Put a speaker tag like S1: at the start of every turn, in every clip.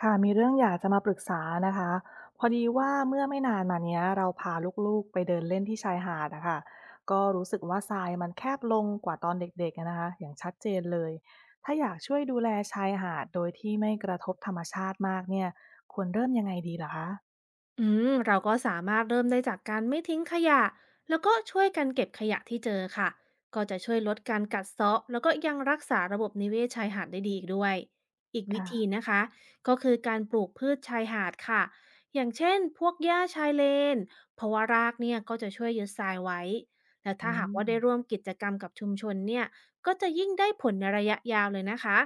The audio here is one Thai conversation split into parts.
S1: ค่ะมีเรื่องอยากจะมาปรึกษานะคะพอดีว่าเมื่อไม่นานมาเนี้ยเราพาลูกๆไปเดินเล่นที่ชายหาดอะค่ะก็รู้สึกว่าทรายมันแคบลงกว่าตอนเด็กๆอะนะคะอย่างชัดเจนเลยถ้าอยากช่วยดูแลชายหาดโดยที่ไม่กระทบธรรมชาติมากเนี่ยควรเริ่มยังไงดีเหรอคะ
S2: เราก็สามารถเริ่มได้จากการไม่ทิ้งขยะแล้วก็ช่วยกันเก็บขยะที่เจอค่ะก็จะช่วยลดการกัดเซาะแล้วก็ยังรักษาระบบนิเวศชายหาดได้ดีอีกด้วยอีกวิธี
S1: ค่ะ
S2: นะคะก็คือการปลูกพืชชายหาดค่ะอย่างเช่นพวกหญ้าชายเลนเพราะว่ารากเนี่ยก็จะช่วยยึดทรายไว้แล้ว
S1: อื
S2: ถ้าหาก
S1: ม
S2: ว่าได้ร่วมกิจกรรมกับชุมชนเนี่ยก็จะยิ่งได้ผลในระยะยาวเลยนะคะ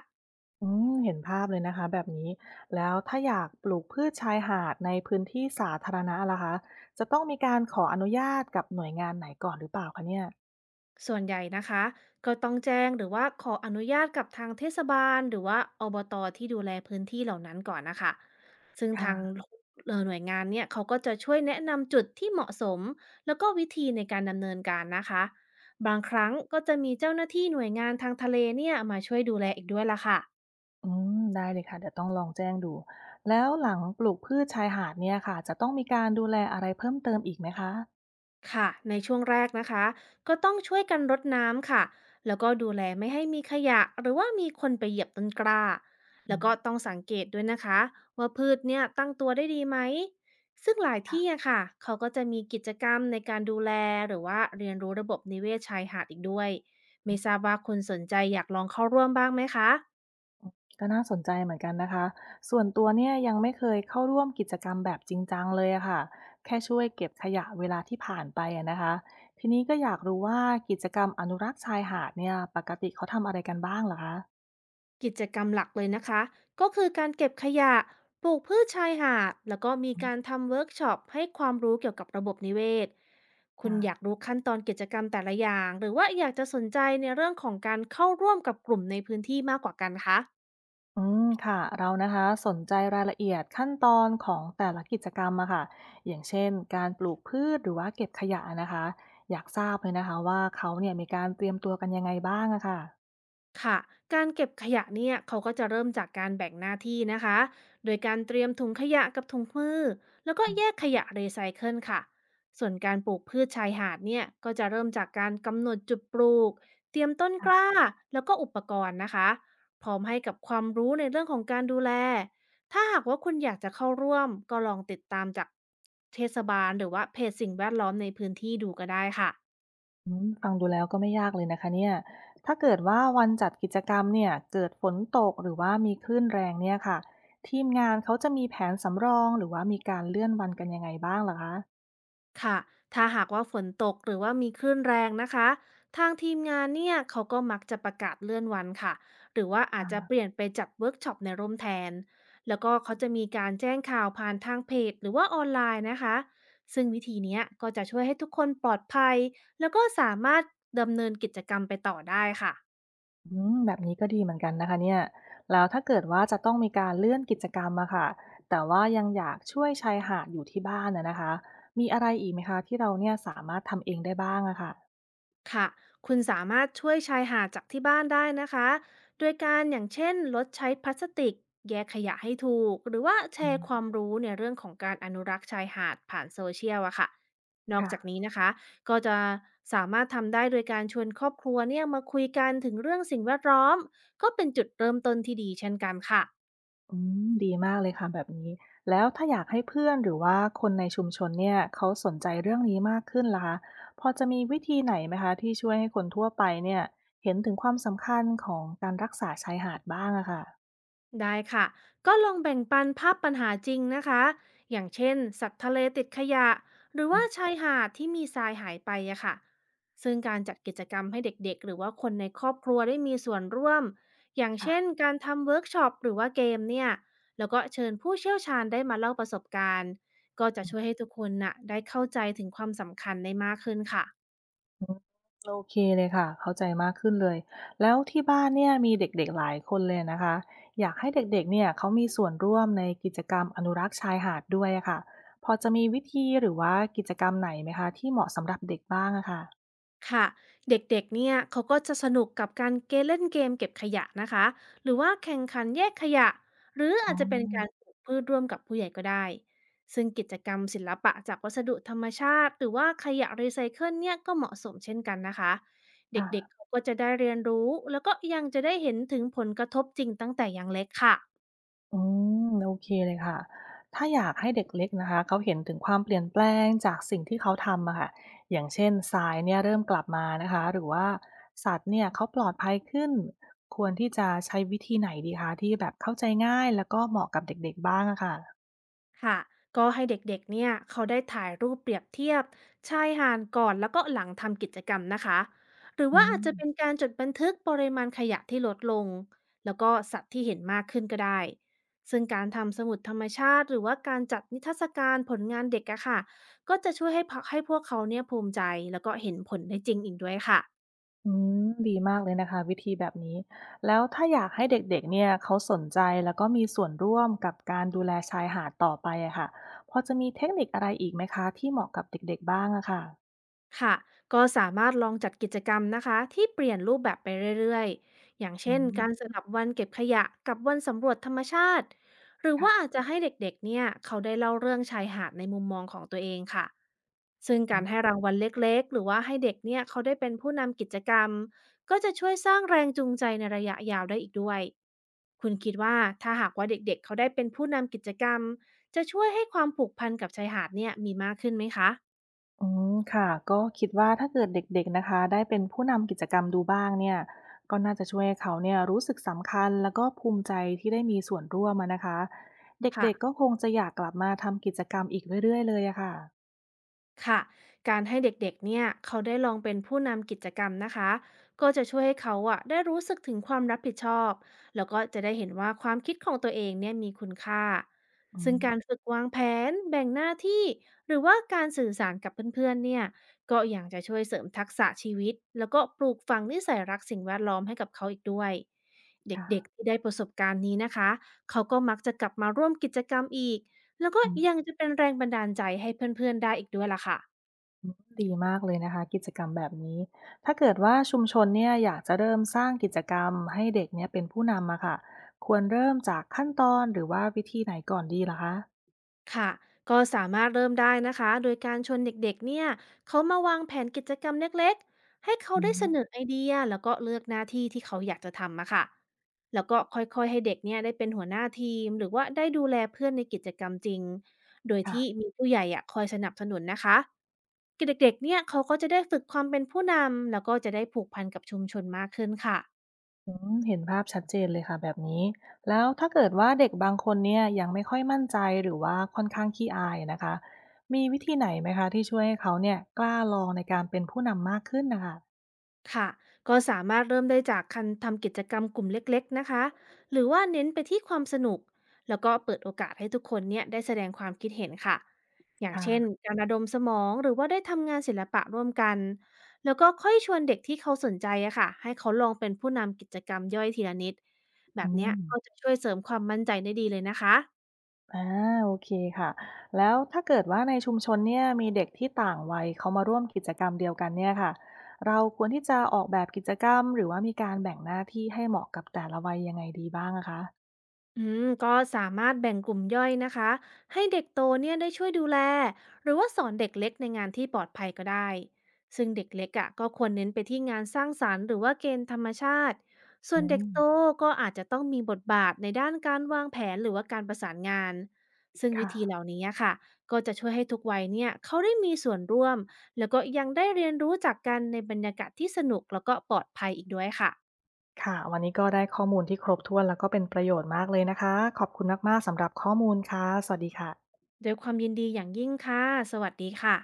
S1: อืมเห็นภาพเลยนะคะแบบนี้แล้วถ้าอยากปลูกพืชชายหาดในพื้นที่สาธารณะล่ะคะจะต้องมีการขออนุญาตกับหน่วยงานไหนก่อนหรือเปล่าคะเนี่ย
S2: ส่วนใหญ่นะคะก็ต้องแจ้งหรือว่าขออนุญาตกับทางเทศบาลหรือว่าอบตที่ดูแลพื้นที่เหล่านั้นก่อนนะคะซึ่งทาง
S1: ค่ะ
S2: หน่วยงานเนี่ยเขาก็จะช่วยแนะนำจุดที่เหมาะสมแล้วก็วิธีในการดำเนินการนะคะบางครั้งก็จะมีเจ้าหน้าที่หน่วยงานทางทะเลเนี่ยมาช่วยดูแลอีกด้วยล่ะค่ะ
S1: อืมได้เลยค่ะเดี๋ยวต้องลองแจ้งดูแล้วหลังปลูกพืชชายหาดเนี่ยค่ะจะต้องมีการดูแลอะไรเพิ่มเติมอีกไหมคะ
S2: ค่ะในช่วงแรกนะคะก็ต้องช่วยกันรดน้ำค่ะแล้วก็ดูแลไม่ให้มีขยะหรือว่ามีคนไปเหยียบต้นกล้า
S1: อื
S2: แล้ว
S1: ม
S2: ก็ต้องสังเกตด้วยนะคะว่าพืชเนี่ยตั้งตัวได้ดีไหมซึ่งหลาย
S1: ค่ะ
S2: ที่อะค่ะเขาก็จะมีกิจกรรมในการดูแลหรือว่าเรียนรู้ระบบนิเวศชายหาดอีกด้วย
S1: อื
S2: ไม่ทราบ
S1: ม
S2: ว่าคุณสนใจอยากลองเข้าร่วมบ้างไหมคะ
S1: ก็น่าสนใจเหมือนกันนะคะส่วนตัวเนี่ยยังไม่เคยเข้าร่วมกิจกรรมแบบจริงจังเลยอะค่ะแค่ช่วยเก็บขยะเวลาที่ผ่านไปอะนะคะทีนี้ก็อยากรู้ว่ากิจกรรมอนุรักษ์ชายหาดเนี่ยปกติเขาทำอะไรกันบ้างเหรอคะ
S2: กิจกรรมหลักเลยนะคะก็คือการเก็บขยะปลูกพืชชายหาดแล้วก็มี
S1: อื
S2: การ
S1: ม
S2: ทำเวิร์กช็อปให้ความรู้เกี่ยวกับระบบนิเวศคุณ
S1: ค่ะ
S2: อยากรู้ขั้นตอนกิจกรรมแต่ละอย่างหรือว่าอยากจะสนใจในเรื่องของการเข้าร่วมกับกลุ่มในพื้นที่มากกว่ากันคะ
S1: อืมค่ะเรานะคะสนใจรายละเอียดขั้นตอนของแต่ละกิจกรรมอะค่ะอย่างเช่นการปลูกพืชหรือว่าเก็บขยะนะคะอยากทราบเลยนะคะว่าเขาเนี่ยมีการเตรียมตัวกันยังไงบ้างอะค่ะ
S2: ค่ะการเก็บขยะเนี่ยเขาก็จะเริ่มจากการแบ่งหน้าที่นะคะโดยการเตรียมถุงขยะกับถุงมือแล้วก็
S1: อืม
S2: แยกขยะรีไซเคิลค่ะส่วนการปลูกพืชชายหาดเนี่ยก็จะเริ่มจากการกำหนดจุดปลูกเตรียมต้น
S1: ค่
S2: กล้า
S1: ะ
S2: แล้วก็อุปกรณ์นะคะพร้อมให้กับความรู้ในเรื่องของการดูแลถ้าหากว่าคุณอยากจะเข้าร่วมก็ลองติดตามจากเทศบาลหรือว่าเพจสิ่งแวดล้อมในพื้นที่ดูก็ได้ค่ะ
S1: อืมฟังดูแล้วก็ไม่ยากเลยนะคะเนี่ยถ้าเกิดว่าวันจัดกิจกรรมเนี่ยเกิดฝนตกหรือว่ามีคลื่นแรงเนี่ยค่ะทีมงานเขาจะมีแผนสำรองหรือว่ามีการเลื่อนวันกันยังไงบ้างเหรอคะ
S2: ค่ะถ้าหากว่าฝนตกหรือว่ามีคลื่นแรงนะคะทางทีมงานเนี่ยเขาก็มักจะประกาศเลื่อนวันค่ะหรือว่าอาจจะเปลี่ยนไปจัดเวิร์กช็อปในร่มแทนแล้วก็เขาจะมีการแจ้งข่าวผ่านทางเพจหรือว่าออนไลน์นะคะซึ่งวิธีเนี้ยก็จะช่วยให้ทุกคนปลอดภัยแล้วก็สามารถดำเนินกิจกรรมไปต่อได้ค่ะ
S1: อืมแบบนี้ก็ดีเหมือนกันนะคะเนี่ยแล้วถ้าเกิดว่าจะต้องมีการเลื่อนกิจกรรมอะค่ะแต่ว่ายังอยากช่วยชายหาดอยู่ที่บ้านนะนะคะมีอะไรอีกไหมคะที่เราเนี่ยสามารถทำเองได้บ้างอะค่ะ
S2: ค่ะคุณสามารถช่วยชายหาดจากที่บ้านได้นะคะ โดยการอย่างเช่นลดใช้พลาสติกแยกขยะให้ถูกหรือว่าแช
S1: อื
S2: ร์ค
S1: ม
S2: วามรู้ในเรื่องของการอนุรักษ์ชายหาดผ่านโซเชียลอะค่ะนอก
S1: ค่ะ
S2: จากนี้นะคะ ก็จะสามารถทำได้โดยการชวนครอบครัวเนี่ยมาคุยกันถึงเรื่องสิ่งแวดล้อม ก็เป็นจุดเริ่มต้นที่ดีเช่นกันค่ะ
S1: อืมดีมากเลยค่ะแบบนี้แล้วถ้าอยากให้เพื่อนหรือว่าคนในชุมชนเนี่ยเขาสนใจเรื่องนี้มากขึ้นล่ะคะพอจะมีวิธีไหนไหมคะที่ช่วยให้คนทั่วไปเนี่ยเห็นถึงความสำคัญของการรักษาชายหาดบ้างอะค่ะ
S2: ได้ค่ะก็ลองแบ่งปันภาพปัญหาจริงนะคะ อย่างเช่นสัตว์ทะเลติดขยะ หรือ
S1: อื
S2: ว่า
S1: ม
S2: ชายหาดที่มีทรายหายไปอะค่ะซึ่งการจัดกิจกรรมให้เด็กๆหรือว่าคนในครอบครัวได้มีส่วนร่วม อย่างเช่น
S1: ค่ะ
S2: การทำเวิร์กช็อปหรือว่าเกมเนี่ย แล้วก็เชิญผู้เชี่ยวชาญได้มาเล่าประสบการณ์ ก็จะช่วยให้ทุกคนน่ะได้เข้าใจถึงความสำคัญได้มากขึ้นค่ะ
S1: อืมโอเคเลยค่ะเข้าใจมากขึ้นเลยแล้วที่บ้านเนี่ยมีเด็กๆหลายคนเลยนะคะอยากให้เด็กๆเนี่ยเขามีส่วนร่วมในกิจกรรมอนุรักษ์ชายหาดด้วยอะค่ะพอจะมีวิธีหรือว่ากิจกรรมไหนไหมคะที่เหมาะสำหรับเด็กบ้างอะค่ะ
S2: ค่ะเด็กๆเนี่ยเขาก็จะสนุกกับการเล่นเกมเก็บขยะนะคะหรือว่าแข่งขันแยกขยะหรือ
S1: อ๋
S2: อาจจะเป็นการ
S1: อ
S2: ปลูกพืชร่วมกับผู้ใหญ่ก็ได้ซึ่งกิจกรรมศิลปะจากวัสดุธรรมชาติหรือว่าขยะรีไซเคิลเนี่ยก็เหมาะสมเช่นกันนะคะเด็กๆ
S1: ค่ะ
S2: เขาก็จะได้เรียนรู้แล้วก็ยังจะได้เห็นถึงผลกระทบจริงตั้งแต่ยังเล็กค่ะ
S1: อืมโอเคเลยค่ะถ้าอยากให้เด็กเล็กนะคะเขาเห็นถึงความเปลี่ยนแปลงจากสิ่งที่เขาทำอะค่ะอย่างเช่นทรายเนี่ยเริ่มกลับมานะคะหรือว่าสัตว์เนี่ยเขาปลอดภัยขึ้นควรที่จะใช้วิธีไหนดีคะที่แบบเข้าใจง่ายแล้วก็เหมาะกับเด็กๆบ้างอะค่ะ
S2: ค่ะก็ให้เด็กๆเนี่ยเขาได้ถ่ายรูปเปรียบเทียบชายหาดก่อนแล้วก็หลังทำกิจกรรมนะคะหรือ
S1: อื
S2: ว่าอาจจะเป็น
S1: ม
S2: การจดบันทึกปริมาณขยะที่ลดลงแล้วก็สัตว์ที่เห็นมากขึ้นก็ได้ซึ่งการทำสมุดธรรมชาติหรือว่าการจัดนิทรรศการผลงานเด็กอะค่ะก็จะช่วยให้พให้พวกเขาเนี่ยภูมิใจแล้วก็เห็นผลได้จริงอีกด้วยค่ะ
S1: อืมดีมากเลยนะคะวิธีแบบนี้แล้วถ้าอยากให้เด็กๆเนี่ยเขาสนใจแล้วก็มีส่วนร่วมกับการดูแลชายหาดต่อไปอะค่ะพอจะมีเทคนิคอะไรอีกไหมคะที่เหมาะกับเด็กๆบ้างอะค่ะ
S2: ค่ะก็สามารถลองจัดกิจกรรมนะคะที่เปลี่ยนรูปแบบไปเรื่อยๆอย่าง
S1: อื
S2: เช่นการ
S1: ม
S2: สลับวันเก็บขยะกับวันสำรวจธรรมชาติหรือว่าอา
S1: ค่ะ
S2: จจะให้เด็กๆเนี่ยเขาได้เล่าเรื่องชายหาดในมุมมองของตัวเองค่ะซึ่ง
S1: อื
S2: กา
S1: อ
S2: รให้รางวัลเล็กๆหรือว่าให้เด็กเนี่ยเขาได้เป็นผู้นำกิจกรรมก็จะช่วยสร้างแรงจูงใจในระยะยาวได้อีกด้วยคุณคิดว่าถ้าหากว่าเด็กๆเขาได้เป็นผู้นำกิจกรรมจะช่วยให้ความผูกพันกับชายหาดเนี่ยมีมากขึ้นไหมคะ
S1: อืมค่ะก็คิดว่าถ้าเกิดเด็กๆนะคะได้เป็นผู้นำกิจกรรมดูบ้างเนี่ยก็น่าจะช่วยให้เขาเนี่ยรู้สึกสำคัญแล้วก็ภูมิใจที่ได้มีส่วนร่วมอะนะคะเ
S2: ค่ะ
S1: ด็กๆก็คงจะอยากกลับมาทำกิจกรรมอีกเรื่อยๆเลยอะค่ะ
S2: ค่ะการให้เด็กๆเนี่ยเขาได้ลองเป็นผู้นำกิจกรรมนะคะก็จะช่วยให้เขาอะได้รู้สึกถึงความรับผิดชอบแล้วก็จะได้เห็นว่าความคิดของตัวเองเนี่ยมีคุณค่า
S1: อื
S2: ซึ่
S1: ม
S2: งการฝึกวางแผนแบ่งหน้าที่หรือว่าการสื่อสารกับเพื่อนๆเนี่ยก็อย่างจะช่วยเสริมทักษะชีวิตแล้วก็ปลูกฝังนิสัยรักสิ่งแวดล้อมให้กับเขาอีกด้วยเด็ก
S1: ค่ะ
S2: ๆที่ได้ประสบการณ์นี้นะคะเขาก็มักจะกลับมาร่วมกิจกรรมอีก แล้วก็
S1: อื
S2: ยัง
S1: ม
S2: จะเป็นแรงบันดาลใจให้เพื่อนๆได้อีกด้วยล่ะค่ะ
S1: ดีมากเลยนะคะกิจกรรมแบบนี้ถ้าเกิดว่าชุมชนเนี่ยอยากจะเริ่มสร้างกิจกรรมให้เด็กเนี่ยเป็นผู้นำอะค่ะควรเริ่มจากขั้นตอนหรือว่าวิธีไหนก่อนดีเหรอคะ
S2: ค่ะก็สามารถเริ่มได้นะคะโดยการชวนเด็กๆเนี่ยเขามาวางแผนกิจกรรมเล็กๆให้เขา
S1: อื
S2: ได้เส
S1: ม
S2: นอไอเดียแล้วก็เลือกหน้าที่ที่เขาอยากจะทำอะค่ะแล้วก็ค่อยๆให้เด็กเนี่ยได้เป็นหัวหน้าทีมหรือว่าได้ดูแลเพื่อนในกิจกรรมจริงโดยที่
S1: ค่ะ
S2: มีผู้ใหญ่อะคอยสนับสนุนนะคะเด็กๆเนี่ยเขาก็จะได้ฝึกความเป็นผู้นำแล้วก็จะได้ผูกพันกับชุมชนมากขึ้นค่ะ
S1: อืมเห็นภาพชัดเจนเลยค่ะแบบนี้แล้วถ้าเกิดว่าเด็กบางคนเนี่ยยังไม่ค่อยมั่นใจหรือว่าค่อนข้างขี้อายนะคะมีวิธีไหนไหมคะที่ช่วยให้เขาเนี่ยกล้าลองในการเป็นผู้นำมากขึ้นนะคะ
S2: ค่ะก็สามารถเริ่มได้จากการทำกิจกรรมกลุ่มเล็กๆนะคะหรือว่าเน้นไปที่ความสนุก แล้วก็เปิดโอกาสให้ทุกคนเนี่ยได้แสดงความคิดเห็นค่ะอย่างเช่น
S1: ค่ะ
S2: การระดมสมองหรือว่าได้ทำงานศิลปะร่วมกันแล้วก็ค่อยชวนเด็กที่เขาสนใจอะค่ะให้เขาลองเป็นผู้นำกิจกรรมย่อยทีละนิดแบ
S1: อื
S2: บเนี้ย
S1: ม
S2: ก็จะช่วยเสริมความมั่นใจได้ดีเลยนะคะ
S1: อาโอเคค่ะแล้วถ้าเกิดว่าในชุมชนเนี่ยมีเด็กที่ต่างวัยเขามาร่วมกิจกรรมเดียวกันเนี่ยค่ะเราควรที่จะออกแบบกิจกรรมหรือว่ามีการแบ่งหน้าที่ให้เหมาะกับแต่ละวัยยังไงดีบ้างอะคะ
S2: อืมก็สามารถแบ่งกลุ่มย่อยนะคะให้เด็กโตเนี่ยได้ช่วยดูแลหรือว่าสอนเด็กเล็กในงานที่ปลอดภัยก็ได้ซึ่งเด็กเล็กอ่ะก็ควรเน้นไปที่งานสร้างสรรค์หรือว่าเกณฑ์ธรรมชาติส่วน
S1: อื
S2: เด็ก
S1: ม
S2: โตก็อาจจะต้องมีบทบาทในด้านการวางแผนหรือว่าการประสานงานซึ่งวิธี
S1: ค่ะ
S2: เหล่านี้อะค่ะก็จะช่วยให้ทุกวัยเนี่ยเขาได้มีส่วนร่วมแล้วก็ยังได้เรียนรู้จากกันในบรรยากาศที่สนุกแล้วก็ปลอดภัยอีกด้วยค่ะ
S1: ค่ะวันนี้ก็ได้ข้อมูลที่ครบถ้วนแล้วก็เป็นประโยชน์มากเลยนะคะขอบคุณมากๆสำหรับข้อมูลค่ะสวัสดีค่ะ
S2: ด้วยความยินดีอย่างยิ่งค่ะสวัสดีค่ะ